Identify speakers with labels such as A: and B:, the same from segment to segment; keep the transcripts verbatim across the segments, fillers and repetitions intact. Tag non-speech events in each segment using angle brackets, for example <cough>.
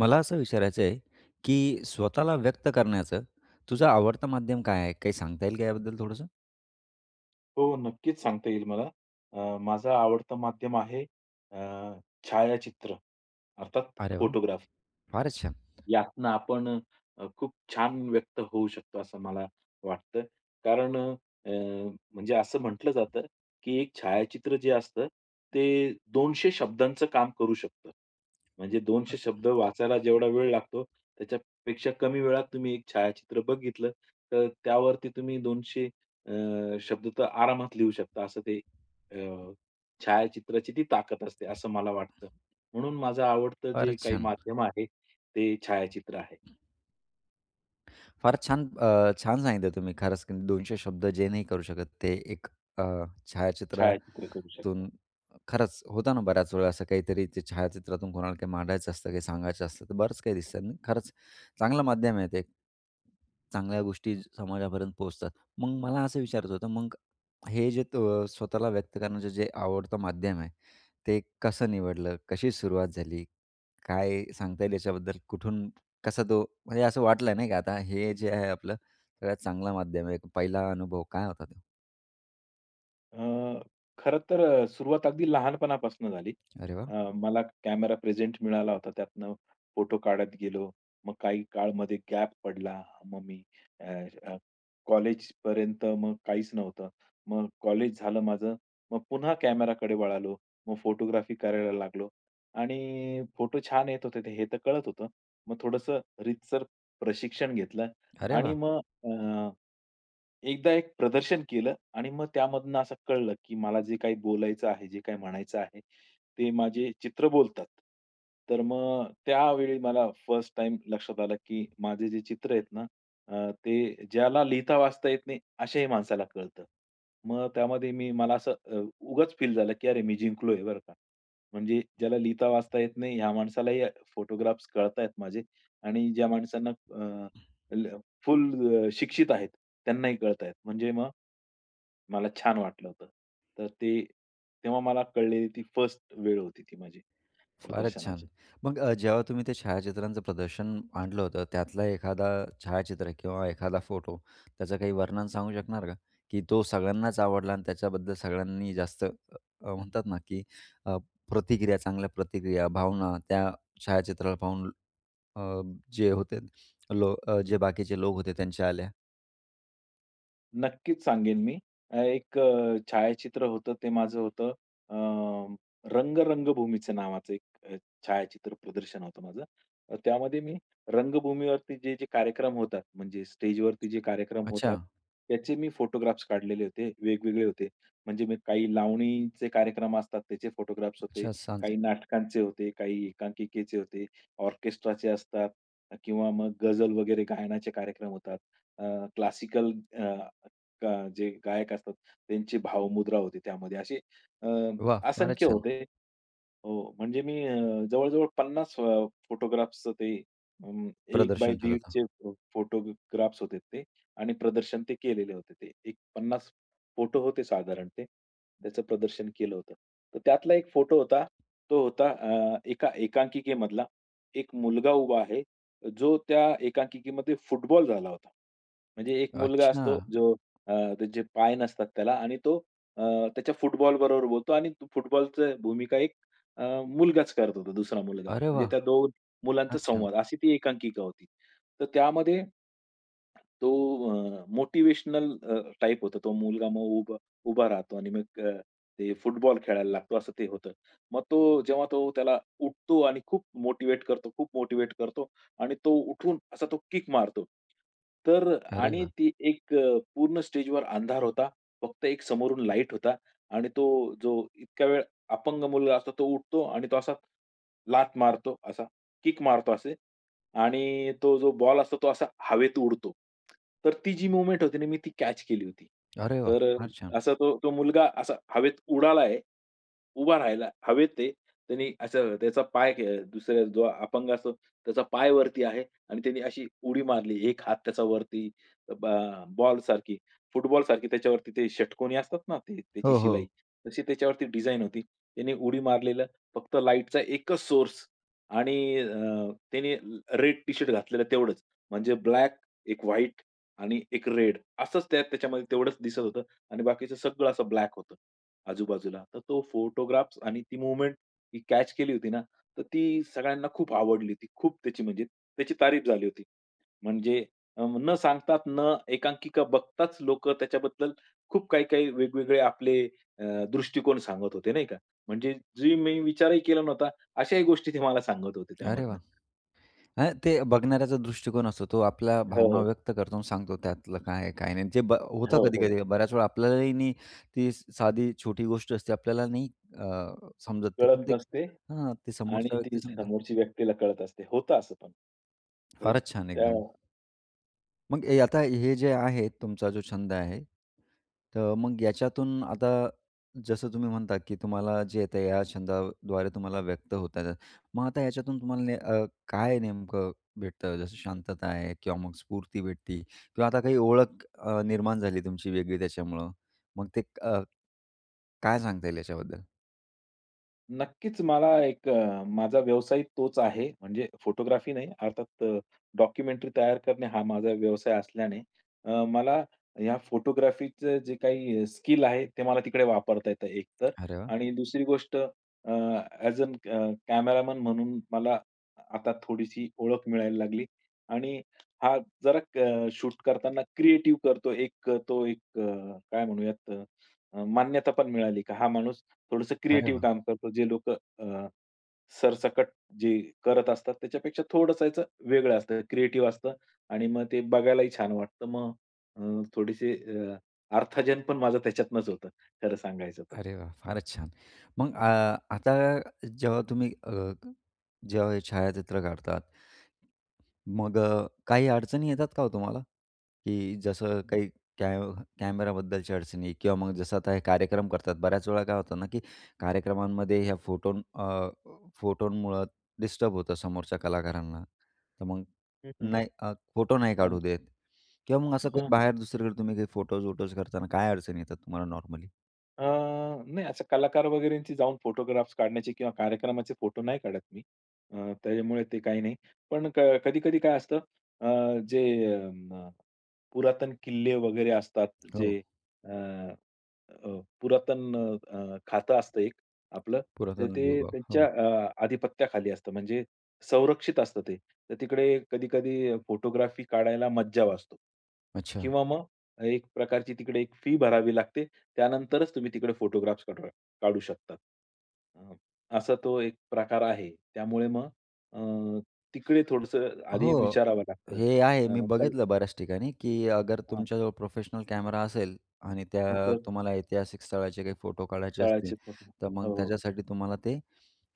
A: मला असं विचारायचं आहे, की स्वतःला व्यक्त करण्याचं तुझं आवडतं माध्यम काय आहे? काही सांगता येईल का याबद्दल थोडंसं?
B: हो, नक्कीच सांगता येईल मला. अ, माझं आवडतं माध्यम आहे अ, छायाचित्र अर्थात
A: अरे वाह!
B: फोटोग्राफ.
A: फारच छान,
B: यातनं आपण अ, खूप छान व्यक्त होऊ शकतो असं मला वाटतं. कारण अ, अ, म्हणजे असं म्हटलं जातं, की एक छायाचित्र जे असतं ते दोनशे शब्दांचं काम करू शकतं. म्हणजे
A: अ
B: दोनशे शब्द वाचायला जेवढा वेळ लागतो, त्याच्यापेक्षा कमी वेळात तुम्ही एक छायाचित्र बघितलं, तर त्यावरती तुम्ही दोनशे अ, शब्द तर आरामात लिहू शकता. असं ते अ, छायाचित्राची ती ताकद असते असं मला वाटतं. म्हणून माझं आवडतं जे
A: फारच
B: काही
A: छान.
B: माध्यम आहे ते छायाचित्र आहे.
A: फार छान अ, छान सांगितलं तुम्ही खरंच की दोनशे शब्द जे नाही करू शकत ते एक अ,
B: छायाचित्र करू शकता.
A: छायाचित्रातून खरंच होतं ना बऱ्याच वेळा असं काहीतरी ते छायाचित्रातून कोणाला काही मांडायचं असतं, काही सांगायचं असतं, तर बरंच काही दिसतं आणि खरंच चांगलं माध्यम आहे ते. चांगल्या गोष्टी ज- समाजापर्यंत पोहोचतात. मग मला असं विचारायचं होतं मग हे जे अ, स्वतःला व्यक्त करण्याचं जे आवडतं माध्यम आहे, ते कसं निवडलं? कशी सुरुवात झाली? काय सांगता येईल याच्याबद्दल? कुठून कसा तो म्हणजे असं वाटलं नाही का आता हे जे आहे आपलं सगळ्यात चांगला माध्यम आहे. पहिला अनुभव काय होता तो?
B: अ, खरं तर अ, सुरुवात अगदी लहानपणापासून झाली.
A: अरे वाह!
B: अ, मला कॅमेरा प्रेझेंट मिळाला होता. त्यातनं फोटो काढत गेलो. मग काही काळ मध्ये गॅप पडला. मग मी अ, अ, मग काहीच नव्हतं. मग कॉलेज झालं माझं. मग पुन्हा कॅमेराकडे वळालो. मग फोटोग्राफी करायला लागलो आणि फोटो छान येत होते ते हे तर कळत होतं. मग थोडंसं रीतसर प्रशिक्षण घेतलं
A: अरे
B: आणि
A: वाह!
B: मग अ, एकदा एक प्रदर्शन केलं आणि मग त्यामधनं असं कळलं, की मला जे काही बोलायचं आहे, जे काही म्हणायचं आहे, ते माझे चित्र बोलतात. तर मग त्यावेळी मला फर्स्ट टाईम लक्षात आलं, की माझे जे चित्र आहेत ना, अ, ते ज्याला लिहिता वाचता येत नाही, अशाही माणसाला कळतं. मग त्यामध्ये मी मला असं अ, उगाच फील झालं, की अरे मी जिंकलोय बरं का. म्हणजे ज्याला लिहिता वाचता येत नाही, ह्या माणसालाही फोटोग्राफ्स कळतायत माझे आणि ज्या माणसांना फुल शिक्षित आहेत. त्यांनाही कळत आहेत. म्हणजे मग मला छान वाटलं होतं. तर ते तेव्हा मला कळलेली ती फर्स्ट वेळ होती ती माझी
A: फारच
B: प्रदर्शनाची.
A: छान. मग अ, जेव्हा तुम्ही ते छायाचित्रांचं प्रदर्शन आणलं होतं, त्यातला एखादा छायाचित्र किंवा एखादा फोटो त्याचं काही वर्णन सांगू शकणार का? की तो सगळ्यांनाच आवडला आणि त्याच्याबद्दल सगळ्यांनी जास्त अ, म्हणतात ना, की अ, प्रतिक्रिया, चांगल्या प्रतिक्रिया, भावना त्या छायाचित्राला पाहून अ, जे होते लो अ, जे बाकीचे लोक होते त्यांच्या आल्या.
B: नक्कीच सांगेन मी. अ, एक अ, छायाचित्र होतं ते माझं होतं अ, रंग रंगभूमीचं नावाचं एक अ, छायाचित्र प्रदर्शन होतं माझं. अ, त्यामध्ये मी रंगभूमीवरती जे, जे कार्यक्रम होतात म्हणजे स्टेजवरती जे कार्यक्रम
A: अच्छा.
B: होतात, त्याचे मी फोटोग्राफ्स काढलेले होते. वेगवेगळे होते. म्हणजे मी काही लावणीचे कार्यक्रम असतात त्याचे फोटोग्राफ्स होते,
A: अच्छा सांज
B: काही नाटकांचे होते, काही एकांकिकेचे होते, ऑर्केस्ट्राचे असतात किंवा मग गझल वगैरे गायनाचे कार्यक्रम होतात. क्लासिकल गा जे गायक असतात त्यांची भावमुद्रा होती त्यामध्ये. असे अ,
A: वाह! फारच
B: असंख्य
A: छान.
B: होते. हो, म्हणजे मी अ, जवळ-जवळ पन्नास अ, फोटोग्राफ्सचं ते अं, एक बाय
A: प्रदर्शन ठेवलं
B: दीड चे
A: होतं.
B: फो फोटोग्राफ्स होते ते आणि प्रदर्शन ते केलेले होते ते. एक पन्नास फोटो होते साधारण ते. त्याचं प्रदर्शन केलं होतं. तर त्यातला एक फोटो होता, तो होता अ, एका एकांकिकेमधला. एक मुलगा उभा आहे, जो त्या एकांकिकेमध्ये फुटबॉल झाला होता. म्हणजे एक मुलगा
A: अच्छा.
B: असतो जो अ, त्याचे पाय नसतात त्याला आणि तो अ, त्याच्या फुटबॉल बरोबर बोलतो आणि फुटबॉलचं भूमिका अ, मुलगाच करत होता, दुसरा मुलगा.
A: अरे
B: म्हणजे
A: वाह!
B: त्या दोन मुलांचा
A: फार छान.
B: संवाद, अशी ती एकांकिका होती. तर त्यामध्ये तो अ, मोटिव्हेशनल टाइप होता तो मुलगा. मग उभा उभा राहतो आणि मग अ, ते फुटबॉल खेळायला लागतो, असं ते होतं. मग तो जेव्हा तो त्याला उठतो आणि खूप मोटिवेट करतो, खूप मोटिवेट करतो आणि तो उठून असा तो किक मारतो. तर
A: अरे
B: आणि
A: वाह!
B: ती एक अ, पूर्ण स्टेजवर अंधार होता. फक्त एक समोरून लाईट होता आणि तो जो इतक्या वेळ अपंग मुलगा असतो तो उठतो आणि तो असा लात मारतो असा, किक मारतो असे आणि तो जो बॉल असतो तो असा हवेत उडतो. तर ती जी मूव्हमेंट होती ना मी ती कॅच केली होती.
A: अरे वाह!
B: तर अ,
A: फार छान.
B: असा तो तो मुलगा असा हवेत उडाला आहे, उभा राहिला हवेत आहे. त्यानी असं त्याचा पाय अ, दुसऱ्या जो अपंग असतो त्याचा पाय वरती आहे आणि त्यानी अशी उडी मारली. एक हात त्याचा वरती ब बॉलसारखी, फुटबॉलसारखी त्याच्यावरती ते षटकोनी असतात ना ते त्याची
A: हो,
B: शिलाई,
A: हो.
B: तशी त्याच्यावरती डिझाइन होती. त्याने उडी मारली फक्त लाईटचा एकच सोर्स आणि अ, त्याने रेड टी-शर्ट घातलेलं तेवढंच. म्हणजे ब्लॅक, एक व्हाईट आणि एक रेड असंच त्या त्याच्यामध्ये तेवढंच दिसत होतं आणि बाकीचं सगळं असं ब्लॅक होतं आजूबाजूला. तर तो फोटोग्राफ्स आणि ती मूव्हमेंट ही कॅच केली होती ना, तर ती सगळ्यांना खूप आवडली होती. खूप त्याची म्हणजे त्याची तारीफ झाली होती. म्हणजे अ, न सांगतात, न एकांकिका बघताच लोकं त्याच्याबद्दल खूप काही-काही वेगवेगळे आपले अ, दृष्टिकोन सांगत होते नाही का? म्हणजे जी मी विचारही केला नव्हता, अशाही गोष्टी ते मला सांगत होते
A: अरे
B: त्यामधनं.
A: वाह! हां, ते बघणाऱ्याचा दृष्टिकोन असतो. तो आपल्या
B: हो,
A: भावना
B: हो.
A: व्यक्त करतो आणि सांगतो त्यातलं काय आहे, काय नाही. ते ब होतं
B: हो, हो.
A: कधी-कधी बऱ्याच वेळा आपल्यालाही नाही ती साधी छोटी गोष्ट असते आपल्याला नाही अ, समजत ते
B: कळत
A: पण ते
B: नसते
A: हां, ते
B: आणि
A: समोरचा व्यक्ती
B: ती
A: सांगतो.
B: समोरची व्यक्तीला कळत असते. होतं असं पण. तर
A: फारच छान
B: त्या
A: एकदम. मग ए आता हे जे आहे तुमचा जो छंद आहे, तर मग याच्यातून आता जसं तुम्ही म्हणता, की तुम्हाला जे येतं या छंदाद्वारे तुम्हाला व्यक्त होत आहे. मग आता याच्यातून तुम्हाला ने अ, काय नेमकं भेटतं? जसं शांतता आहे किंवा मग स्फूर्ती भेटते किंवा आता काही ओळख अ, निर्माण झाली तुमची वेगळी त्याच्यामुळं. मग ते अ, काय सांगता येईल याच्याबद्दल?
B: नक्कीच मला एक अ, माझा व्यवसाय तोच आहे. म्हणजे फोटोग्राफी नाही अर्थात डॉक्युमेंटरी तयार करणे हा माझा व्यवसाय असल्याने अ, मला ह्या फोटोग्राफीचं जे काही स्किल आहे ते मला तिकडे वापरता येतं एकतर
A: अरे वाह!
B: आणि दुसरी गोष्ट ॲज अन कॅमेरामन म्हणून मला आता थोडीशी ओळख मिळायला लागली आणि हा जरा शूट करताना क्रिएटिव्ह करतो. एक अ, तो एक अ, काय म्हणूयात अ, मान्यता पण मिळाली, का हा माणूस थोडंसं
A: अरे
B: क्रिएटिव्ह
A: वाह!
B: काम करतो. जे लोकं अ, सरसकट जे करत असतात त्याच्यापेक्षा थोडंसं याचं वेगळं असतं, क्रिएटिव्ह असतं आणि मग ते बघायलाही छान वाटतं. मग अ, थोडेसे अ, अर्थार्जन पण माझं त्याच्यातनंच होतं खरं सांगायचं तर.
A: अरे वाह! फारच छान. मग अ, आता जेव्हा तुम्ही अ, जेव्हा हे छायाचित्र काढतात, मग अ, काही अडचणी येतात का हो तुम्हाला? की जसं काही कॅ कॅमेराबद्दलच्या अडचणी किंवा मग जसं आता हे कार्यक्रम करतात, बऱ्याच वेळा काय होतं ना, की कार्यक्रमांमध्ये ह्या फोटो अ, फोटोंमुळं डिस्टर्ब होतं समोरच्या कलाकारांना. तर मग
B: हं, हं.
A: नाही अ, फोटो नाही काढू देत किंवा मग असं काही बाहेर दुसरीकडे तुम्ही काही फोटोज-वोटोज करताना काय अडचणी येतात तुम्हाला नॉर्मली?
B: अ, नाही असं कलाकार वगैरेंची जाऊन फोटोग्राफ्स काढण्याचे किंवा कार्यक्रमाचे फोटो नाही काढत मी. अ, त्याच्यामुळे ते काही नाही. पण कधी-कधी काय असतं अ, जे अ, पुरातन किल्ले वगैरे असतात
A: हो.
B: जे अ, अ, पुरातन अ, खातं असतं एक आपलं, तर
A: पुरातन
B: ते
A: विभाग. हो.
B: त्यांच्या अ, आधिपत्याखाली असतं म्हणजे संरक्षित असतं ते. तर तिकडे कधी-कधी फोटोग्राफी काढायला मज्जाव असतो
A: अच्छा.
B: किंवा मग एक प्रकारची तिकडे एक फी भरावी लागते. त्यानंतरच तुम्ही तिकडे फोटोग्राफ्स काढू काढू शकतात. अ, असा तो एक प्रकार आहे. त्यामुळे मग अ, तिकडे थोडंसं आधी
A: हो,
B: विचारावं लागतं.
A: हे आहे मी
B: अ, काही
A: बघितलं बऱ्याच ठिकाणी, की अगर
B: हां,
A: तुमच्याजवळ प्रोफेशनल कॅमेरा असेल आणि त्या
B: तर
A: तुम्हाला ऐतिहासिक स्थळाचे काही फोटो काढायचे असतील,
B: तळाचे फोटो
A: तर मग
B: हो, हो.
A: त्याच्यासाठी तुम्हाला ते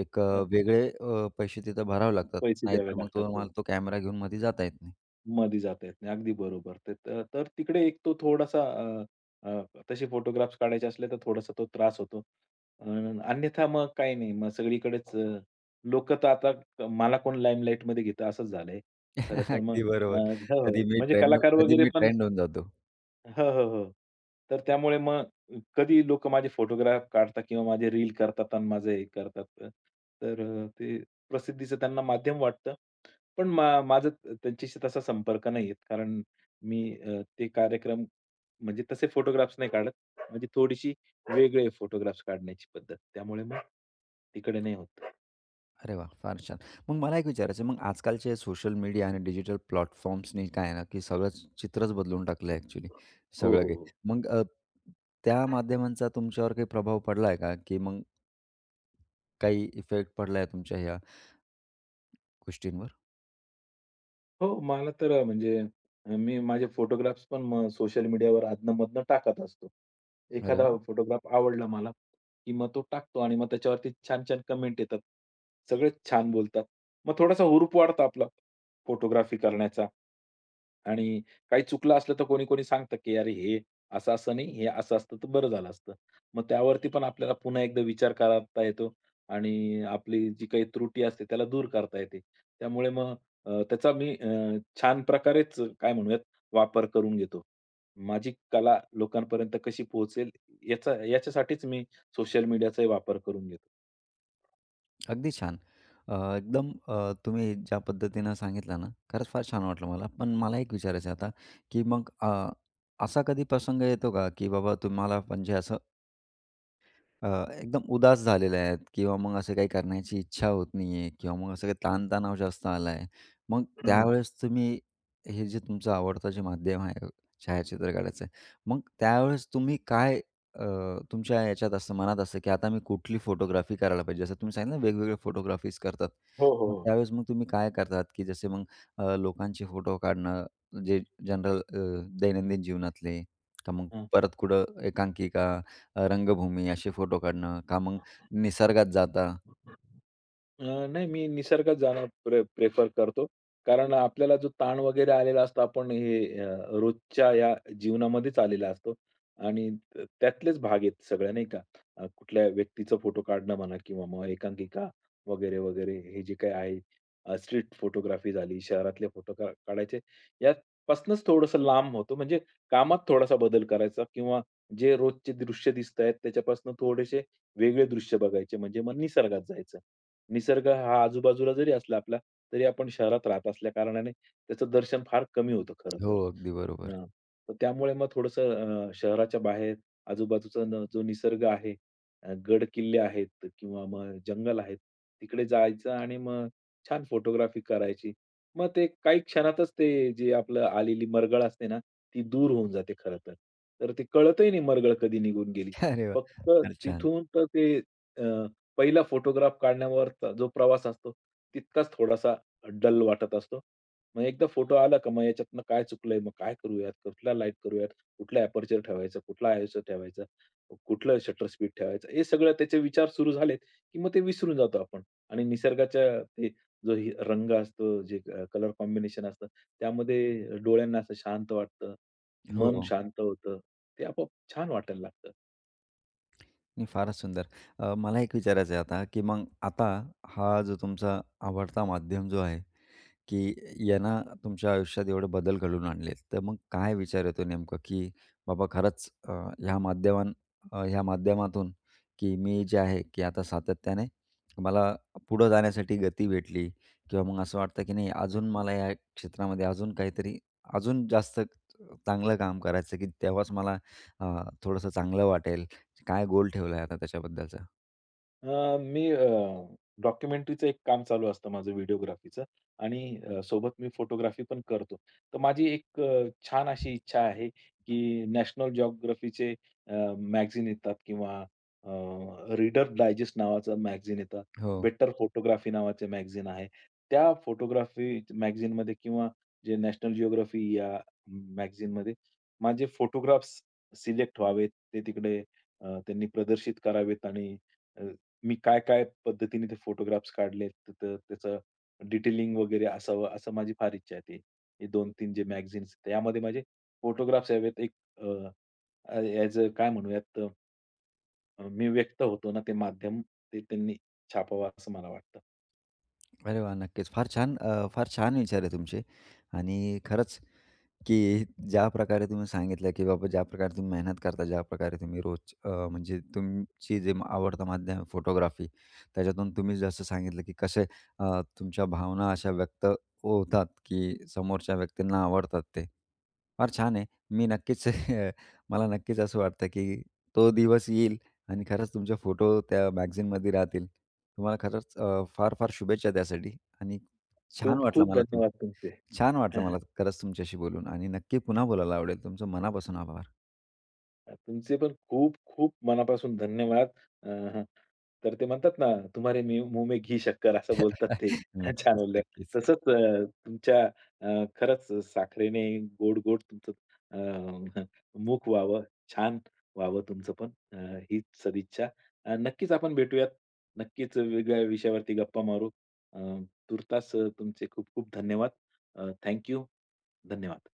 A: एक अ,
B: अ,
A: वेगळे अ, पैसे तिथं भरावे लागतात.
B: पैसे द्यावे
A: नाहीतर मग
B: लागतात. हो.
A: तुम्हाला तो कॅमेरा घेऊन मध्ये जाता येत नाही.
B: मधी जाता येत नाही. अगदी बरोबर. ते तर तर तिकडे एक तो थोडासा अ, अ, तसे फोटोग्राफ्स काढायचे असले तर थोडासा तो त्रास होतो. अ, अन्यथा मग काही नाही. मग सगळीकडेच अ, लोकं तर आता क- मला कोण लाईमलाईटमध्ये घेतं असंच झालंय. खरं
A: <laughs>
B: तर मग
A: अगदी
B: अ,
A: बरोबर.
B: हो,
A: कधी
B: हो.
A: मी
B: म्हणजे
A: ट्रेंड
B: कलाकार
A: कधी
B: वगैरे
A: मी
B: पण
A: ट्रेंड होऊन जातो.
B: हो, हो, हो. तर त्यामुळे मग कधी लोकं माझे फोटोग्राफ काढतात किंवा माझे रील करतात आणि माझं हे करतात. तर अ, ते प्रसिद्धीचं त्यांना माध्यम वाटतं. पण मा माझं त्यांच्याशी तसा संपर्क नाही आहे. कारण मी अ, ते कार्यक्रम म्हणजे तसे फोटोग्राफ्स नाही काढत. म्हणजे थोडीशी वेगळे फोटोग्राफ्स काढण्याची पद्धत. त्यामुळे मग तिकडे नाही होत.
A: अरे वाह! फार छान. मग मला एक विचारायचं आहे, मग आजकालचे सोशल मीडिया आणि डिजिटल प्लॅटफॉर्म्सनी काय आहे ना, की सगळंच चित्रच बदलून टाकलं आहे ॲक्चुअली
B: हो,
A: सगळं
B: हो,
A: काही.
B: हो.
A: मग अ, त्या माध्यमांचा तुमच्यावर काही प्रभाव पडला आहे का? की मग काही इफेक्ट पडला आहे तुमच्या ह्या गोष्टींवर?
B: हो, मला तर अ, म्हणजे अ, मी माझे फोटोग्राफ्स पण मग सोशल मीडियावर अधनं-मधनं टाकत असतो.
A: अरे
B: एखादा
A: वाह!
B: फोटोग्राफ आवडला मला, की मग तो टाकतो आणि मग त्याच्यावरती छान-छान कमेंट येतात. सगळेच छान बोलतात. मग थोडासा हुरूप वाढतो आपला फोटोग्राफी करण्याचा. आणि काही चुकलं असलं तर कोणी-कोणी सांगतं, की "अरे, हे असं-असं नाही, हे असं असतं तर बरं झालं असतं." मग त्यावरती पण आपल्याला पुन्हा एकदा विचार करता येतो आणि आपली जी काही त्रुटी असते त्याला दूर करता येते. त्यामुळे मग अ, त्याचा मी अ, छान प्रकारेच काय म्हणूयात वापर करून घेतो. माझी कला लोकांपर्यंत कशी पोहोचेल याचा याच्यासाठीच मी सोशल मीडियाचाही वापर करून घेतो.
A: अगदी छान. अ, एकदम अ, तुम्ही ज्या पद्धतीनं सांगितलं ना, खरंच फार छान वाटलं मला. पण मला एक विचारायचं आहे आता, की मग अ, असा कधी प्रसंग येतो का, की बाबा तुम्हाला म्हणजे असं अ, एकदम उदास झालेले आहेत किंवा मग असं काही करण्याची इच्छा होत नाहीये किंवा मग असं काही ताणतणाव जास्त आलाय. मग
B: हं,
A: त्यावेळेस तुम्ही हे जे तुमचं आवडतं जे माध्यम आहे छायाचित्र काढायचं मग त्यावेळेस तुम्ही काय अ, तुमच्या याच्यात असं मनात असतं, की आता मी कुठली फोटोग्राफी करायला पाहिजे? जसं तुम्ही सांगितलं ना वेगवेगळे फोटोग्राफीज करतात.
B: हो, हो,
A: मग
B: हो.
A: त्यावेळेस मग तुम्ही काय करतात, की जसे मग अ, लोकांचे फोटो काढणं जे जनरल दैनंदिन जीवनातले, का मग परत कुठं एकांकिका अ, रंगभूमी असे फोटो काढणं, का मग
B: हां.
A: निसर्गात जाता.
B: अ, नाही मी निसर्गात जाणं प्रे प्रेफर करतो. कारण आपल्याला जो ताण वगैरे आलेला असतो, आपण हे अ, रोजच्या या जीवनामध्येच आलेला असतो आणि त त्यातलेच भाग आहेत सगळ्या नाही का. अ, कुठल्या व्यक्तीचा फोटो काढणं म्हणा किंवा मग एकांकिका वगैरे, वगैरे हे जे काही आहे. स्ट्रीट फोटोग्राफी झाली, शहरातले फोटो का काढायचे यापासनंच थोडंसं लांब होतो. म्हणजे कामात थोडासा बदल करायचा किंवा जे रोजचे दृश्य दिसतायत त्याच्यापासून थोडेसे वेगळे दृश्य बघायचे म्हणजे मग निसर्गात जायचं. निसर्ग हा आजूबाजूला जरी असला आपला, तरी आपण शहरात राहत असल्या कारणाने त्याचं दर्शन फार कमी होतं खरं तर.
A: हो. अगदी बरोबर.
B: हां. तर त्यामुळे मग थोडंसं अ, शहराच्या बाहेर आजूबाजूचा न जो निसर्ग आहे, अ, गड-किल्ले आहेत किंवा मग जंगल आहेत, तिकडे जायचं आणि मग छान फोटोग्राफी करायची. मग ते काही क्षणातच ते जे आपलं आलेली मरगळ असते ना, ती दूर होऊन जाते खरं तर. तर ते कळतही नाही मरगळ कधी निघून गेली.
A: <laughs> अरे वाह!
B: फक्त
A: फार छान.
B: तिथून तर ते अ, पहिला फोटोग्राफ काढण्यावरचा जो प्रवास असतो, तितकाच थोडासा डल वाटत असतो. मग एकदा फोटो आला का मग याच्यातनं काय चुकलंय, मग काय करूयात, कुठला लाईट करूयात, कुठला एपर्चर ठेवायचा, कुठला आयएसओ ठेवायचा, कुठलं शटर स्पीड ठेवायचं, हे सगळं त्याचे विचार सुरू झालेत, की मग ते विसरून जातो आपण आणि निसर्गाच्या ते जो ही रंग असतो, जे कलर कॉम्बिनेशन असतं, त्यामध्ये डोळ्यांना असं शांत वाटतं, मन
A: हो.
B: शांत होतं. ते आपोआप छान वाटायला लागतं.
A: नाही, फारच सुंदर. अ, मला एक विचारायचं आहे आता, की मग आता हा जो तुमचा आवडता माध्यम जो आहे, की यांना तुमच्या आयुष्यात एवढे बदल घडवून आणलेत, तर मग काय विचार येतो नेमकं, की बाबा खरंच अ, ह्या माध्यमां अ, ह्या माध्यमातून, की मी जे आहे, की आता सातत्याने मला पुढं जाण्यासाठी गती भेटली किंवा मग असं वाटतं, की नाही अजून मला या क्षेत्रामध्ये अजून काहीतरी अजून जास्त चांगलं काम करायचं, की तेव्हाच मला अ, थोडंसं चांगलं वाटेल काय गोल ठेवला आहे आता त्याच्याबद्दलचा?
B: अ, मी अ, डॉक्युमेंटरीचं एक काम चालू असतं माझं व्हिडिओग्राफीचं आणि अ, सोबत मी फोटोग्राफी पण करतो. तर माझी एक अ, छान अशी इच्छा आहे, की नॅशनल जिओग्राफीचे अ, मॅगझीन येतात किंवा रीडर डायजेस्ट नावाचं मॅगझीन येतं.
A: हो.
B: बेटर फोटोग्राफी नावाचे मॅगझीन आहे. त्या फोटोग्राफी मॅगझीनमध्ये किंवा जे नॅशनल जिओग्राफी या मॅगझीनमध्ये माझे फोटोग्राफ्स सिलेक्ट व्हावेत. ते तिकडे अ, त्यांनी प्रदर्शित करावेत आणि मी काय-काय पद्धतीने ते फोटोग्राफ्स काढलेत, तर त्याचं डिटेलिंग वगैरे असावं, असं माझी फार इच्छा आहे. ते दोन तीन जे मॅगझिन्स त्यामध्ये माझे फोटोग्राफ्स यावेत. एक अ, ॲज अ काय म्हणूयात अ, मी व्यक्त होतो ना, ते माध्यम ते त्यांनी छापावं असं मला वाटतं.
A: अरे वाह! नक्कीच. फार छान अ, फार छान विचार आहे तुमचे आणि खरंच की ज्या प्रकारे तुम्ही सांगितलं, की बाबा ज्या प्रकारे तुम्ही मेहनत करता, ज्या प्रकारे तुम्ही रोज अ, म्हणजे तुमची जे आवडतं माध्यम फोटोग्राफी, त्याच्यातून तुम्ही जसं सांगितलं, की कसे अ, तुमच्या भावना अशा व्यक्त होतात, की समोरच्या व्यक्तींना आवडतात ते. फार छान आहे. मी नक्कीच <laughs> मला नक्कीच असं वाटतं, की तो दिवस येईल आणि खरंच तुमचे फोटो त्या मॅगझीनमध्ये राहतील. तुम्हाला खरंच अ, फार-फार शुभेच्छा त्यासाठी आणि छान वाटलं
B: खूप-खूप
A: मला
B: धन्यवाद
A: तुमच्याशी
B: तुमचे.
A: छान वाटलं मला
B: <laughs>
A: खरंच तुमच्याशी बोलून आणि नक्की पुन्हा बोलायला आवडेल. तुमचं मनापासून आभार.
B: अ, तुमचे पण खूप-खूप मनापासून धन्यवाद. अ, हं. तर ते म्हणतात ना, तुम्हारे मी मुँह में घी शक्कर असं बोलतात ते.
A: <laughs>
B: <laughs> छान
A: नक्कीच,
B: बोलल्या.
A: नक्कीच.
B: तसंच अ, तुमच्या अ, खरंच साखरेने गोड-गोड तुमचं अ, <laughs> मुख व्हावं, छान व्हावं तुमचं पण अ, हीच सदिच्छा. अ, नक्कीच आपण भेटूयात. नक्कीच वेगळ्या विषयावरती गप्पा मारू. अ, तूर्तास तुमचे खूप-खूप धन्यवाद. अ, धन्यवाद.